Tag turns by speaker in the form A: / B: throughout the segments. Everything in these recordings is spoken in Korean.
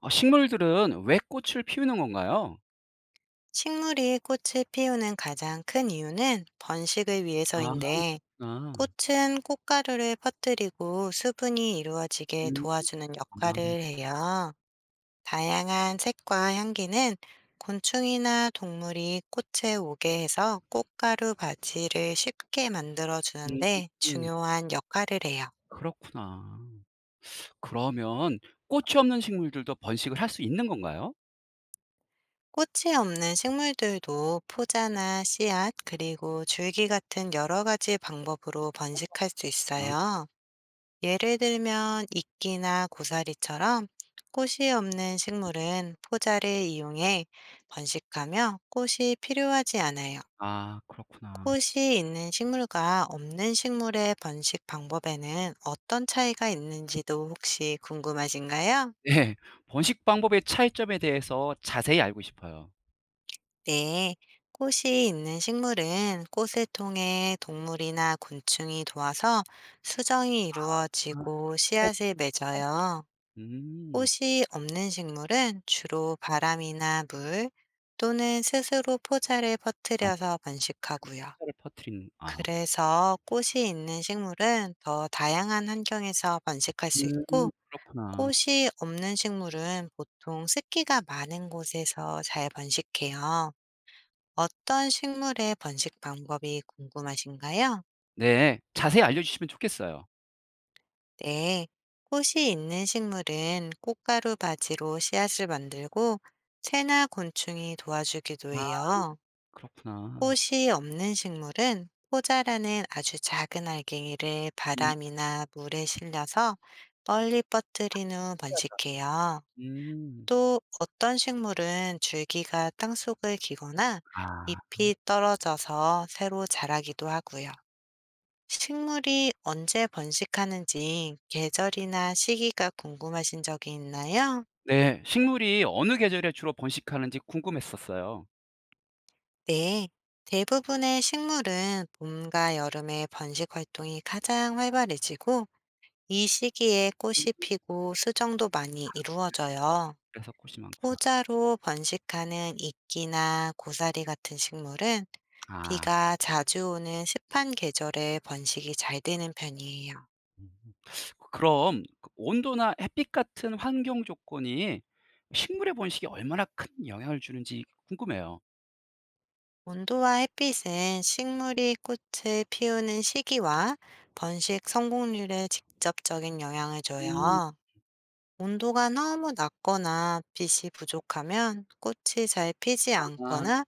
A: 아, 식물들은 왜 꽃을 피우는 건가요?
B: 식물이 꽃을 피우는 가장 큰 이유는 번식을
A: 아,
B: 위해서인데,
A: 그렇구나.
B: 꽃은 꽃가루를 퍼뜨리고 수분이 이루어지게
A: 음.
B: 도와주는
A: 아.
B: 역할을 해요. 다양한 색과 향기는 곤충이나 동물이 꽃에 오게 해서 꽃가루 바지를 쉽게 만들어
A: 음.
B: 주는데
A: 음,
B: 중요한 역할을 해요.
A: 그렇구나. 그러면 꽃이 없는 식물들도 번식을 할 수 있는 건가요?
B: 꽃이 없는 식물들도 포자나 씨앗, 그리고 줄기 같은 여러 가지 방법으로 번식할 수
A: 아.
B: 있어요. 예를 들면 이끼나 고사리처럼 꽃이 없는 식물은 포자를 이용해 번식하며 꽃이 필요하지 않아요.
A: 아, 그렇구나.
B: 꽃이 있는 식물과 없는 식물의 번식 방법에는 어떤 차이가 있는지도 혹시 궁금하신가요?
A: 네. 번식 방법의 차이점에 대해서 자세히 알고 싶어요.
B: 네. 꽃이 있는 식물은 꽃을 통해 동물이나 곤충이 도와서 수정이
A: 아,
B: 이루어지고
A: 그래.
B: 씨앗을 맺어요.
A: 음.
B: 꽃이 없는 식물은 주로 바람이나 물 또는 스스로 포자를
A: 아,
B: 퍼뜨려서 번식하고요.
A: 토사를 퍼뜨리는 아.
B: 그래서 꽃이 있는 식물은 더 다양한 환경에서 번식할 수
A: 음,
B: 있고,
A: 그렇구나.
B: 꽃이 없는 식물은 보통 습기가 많은 곳에서 잘 번식해요. 어떤 식물의 번식 방법이 궁금하신가요?
A: 네. 자세히 알려 주시면 좋겠어요.
B: 네, 꽃이 있는 식물은 꽃가루 바지로 씨앗을 만들고 새나 곤충이 도와주기도
A: 아,
B: 해요.
A: 그렇구나.
B: 꽃이 없는 식물은 포자라는 아주 작은 알갱이를
A: 음,
B: 바람이나 물에 실려서 멀리 뻗들인 후
A: 신기하다.
B: 번식해요.
A: 음.
B: 또 어떤 식물은 줄기가 땅속을 기거나
A: 아.
B: 잎이 떨어져서 새로 자라기도 하고요. 식물이 언제 번식하는지 계절이나 시기가 궁금하신 적이 있나요?
A: 네. 식물이 어느 계절에 주로 번식하는지 궁금했었어요.
B: 네. 대부분의 식물은 봄과 여름에 번식 활동이 가장 활발해지고 이 시기에 꽃이
A: 음.
B: 피고 수정도 많이 이루어져요.
A: 그래서 꽃이 많구나.
B: 포자로 번식하는 이끼나 고사리 같은 식물은
A: 아.
B: 비가 자주 오는 습한 계절에 번식이 잘 되는 편이에요.
A: 음. 그럼 그 온도나 햇빛 같은 환경 조건이 식물의 번식에 얼마나 큰 영향을 주는지 궁금해요.
B: 온도와 햇빛은 식물이 꽃을 피우는 시기와 번식 성공률에 직접적인 영향을
A: 음.
B: 줘요. 온도가 너무 낮거나 빛이 부족하면 꽃이 잘 피지
A: 아,
B: 않거나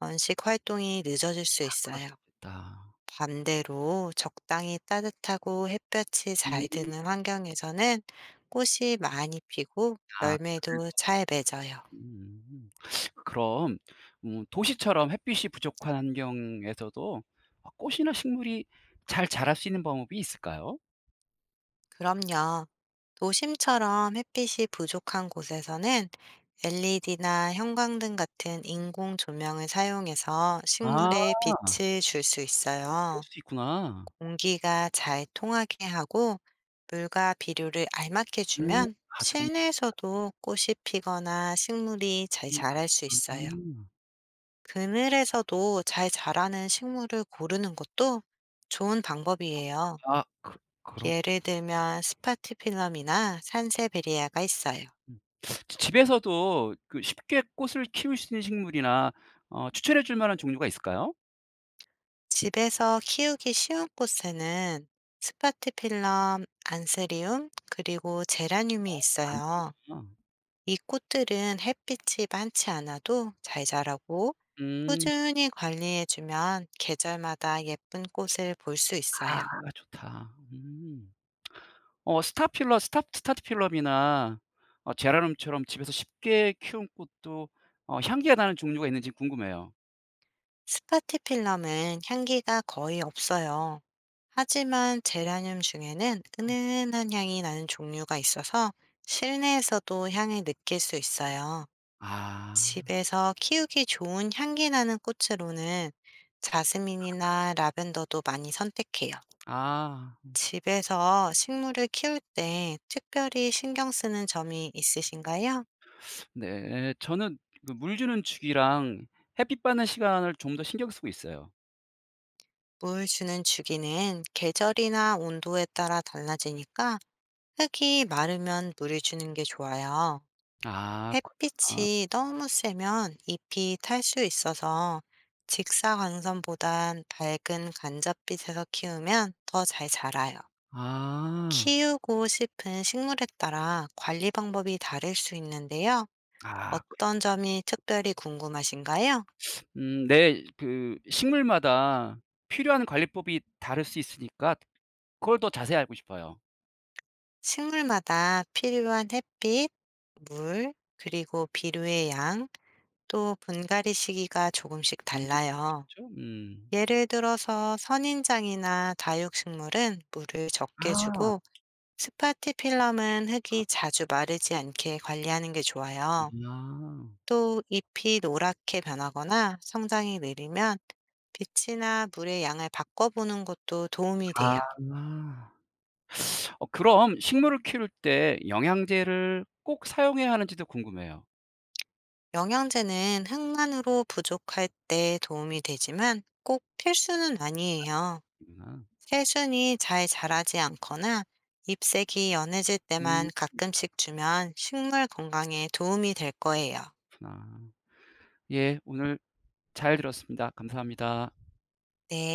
B: 번식 활동이 늦어질 수
A: 그럴 수
B: 있어요.
A: 있겠다.
B: 반대로 적당히 따뜻하고 햇볕이
A: 음.
B: 잘 드는 환경에서는 꽃이 많이 피고
A: 아,
B: 열매도
A: 그래서
B: 잘 맺어요.
A: 음. 그럼 도시처럼 햇빛이 부족한 환경에서도 꽃이나 식물이 잘 자랄 수 있는 방법이 있을까요?
B: 그럼요. 도심처럼 햇빛이 부족한 곳에서는 LED나 형광등 같은 인공 조명을 사용해서
A: 아,
B: 식물에 빛을 줄 수
A: 그럴
B: 있어요.
A: 수 있구나.
B: 공기가 잘 통하게 하고 물과 비료를 알맞게
A: 음.
B: 주면
A: 아, 좋은
B: 실내에서도 꽃이 피거나 식물이 잘
A: 음.
B: 자랄 수 있어요. 그늘에서도 잘 자라는 식물을 고르는 것도 좋은 방법이에요.
A: 아. 아, 그 그런
B: 예를 들면 스파티필럼이나 산세베리아가 있어요.
A: 음. 집에서도 그 쉽게 꽃을 키울 수 있는 식물이나 추천해 줄 만한 종류가 있을까요?
B: 집에서 키우기 쉬운 꽃에는 스파티필럼, 안스리움, 그리고 제라늄이 있어요.
A: 많구나.
B: 이 꽃들은 햇빛이 많지 않아도 잘 자라고
A: 음.
B: 꾸준히 관리해주면 계절마다 예쁜 꽃을 볼 수 있어요.
A: 아, 좋다. 음. 스타필러 스탑 스타트필럼이나 제라늄처럼 집에서 쉽게 키운 꽃도 향기가 나는 종류가 있는지 궁금해요.
B: 스파티필럼은 향기가 거의 없어요. 하지만 제라늄 중에는 은은한 향이 나는 종류가 있어서 실내에서도 향을 느낄 수 있어요.
A: 아.
B: 집에서 키우기 좋은 향기 나는 꽃으로는 자스민이나 라벤더도 많이 선택해요.
A: 아.
B: 집에서 식물을 키울 때 특별히 신경 쓰는 점이 있으신가요?
A: 네. 저는 그 물 주는 주기랑 햇빛 받는 시간을 좀 더 신경 쓰고 있어요.
B: 물 주는 주기는 계절이나 온도에 따라 달라지니까 흙이 마르면 물을 주는 게 좋아요.
A: 아, 그렇구나.
B: 햇빛이 너무 세면 잎이 탈 수 있어서 직사광선보단 밝은 간접빛에서 키우면 더 잘 자라요.
A: 아.
B: 키우고 싶은 식물에 따라 관리 방법이 다를 수 있는데요.
A: 아.
B: 어떤 점이 특별히 궁금하신가요?
A: 네. 그 식물마다 필요한 관리법이 다를 수 있으니까 그걸 더 자세히 알고 싶어요.
B: 식물마다 필요한 햇빛, 물, 그리고 비료의 양, 또 분갈이 시기가 조금씩
A: 음.
B: 달라요.
A: 그쵸? 음.
B: 예를 들어서 선인장이나 다육식물은 물을 적게
A: 아.
B: 주고 스파티필럼은 흙이 자주 마르지 않게 관리하는 게 좋아요.
A: 그렇구나.
B: 또 잎이 노랗게 변하거나 성장이 느리면 빛이나 물의 양을 바꿔보는 것도 도움이
A: 아.
B: 돼요.
A: 그럼 식물을 키울 때 영양제를 꼭 사용해야 하는지도 궁금해요.
B: 영양제는 흙만으로 부족할 때 도움이 되지만 꼭 필수는 아니에요.
A: 음.
B: 새순이 잘 자라지 않거나 잎색이 연해질 때만
A: 음,
B: 가끔씩 주면 식물 건강에 도움이 될 거예요.
A: 그렇구나. 예. 오늘 잘 들었습니다. 감사합니다.
B: 네.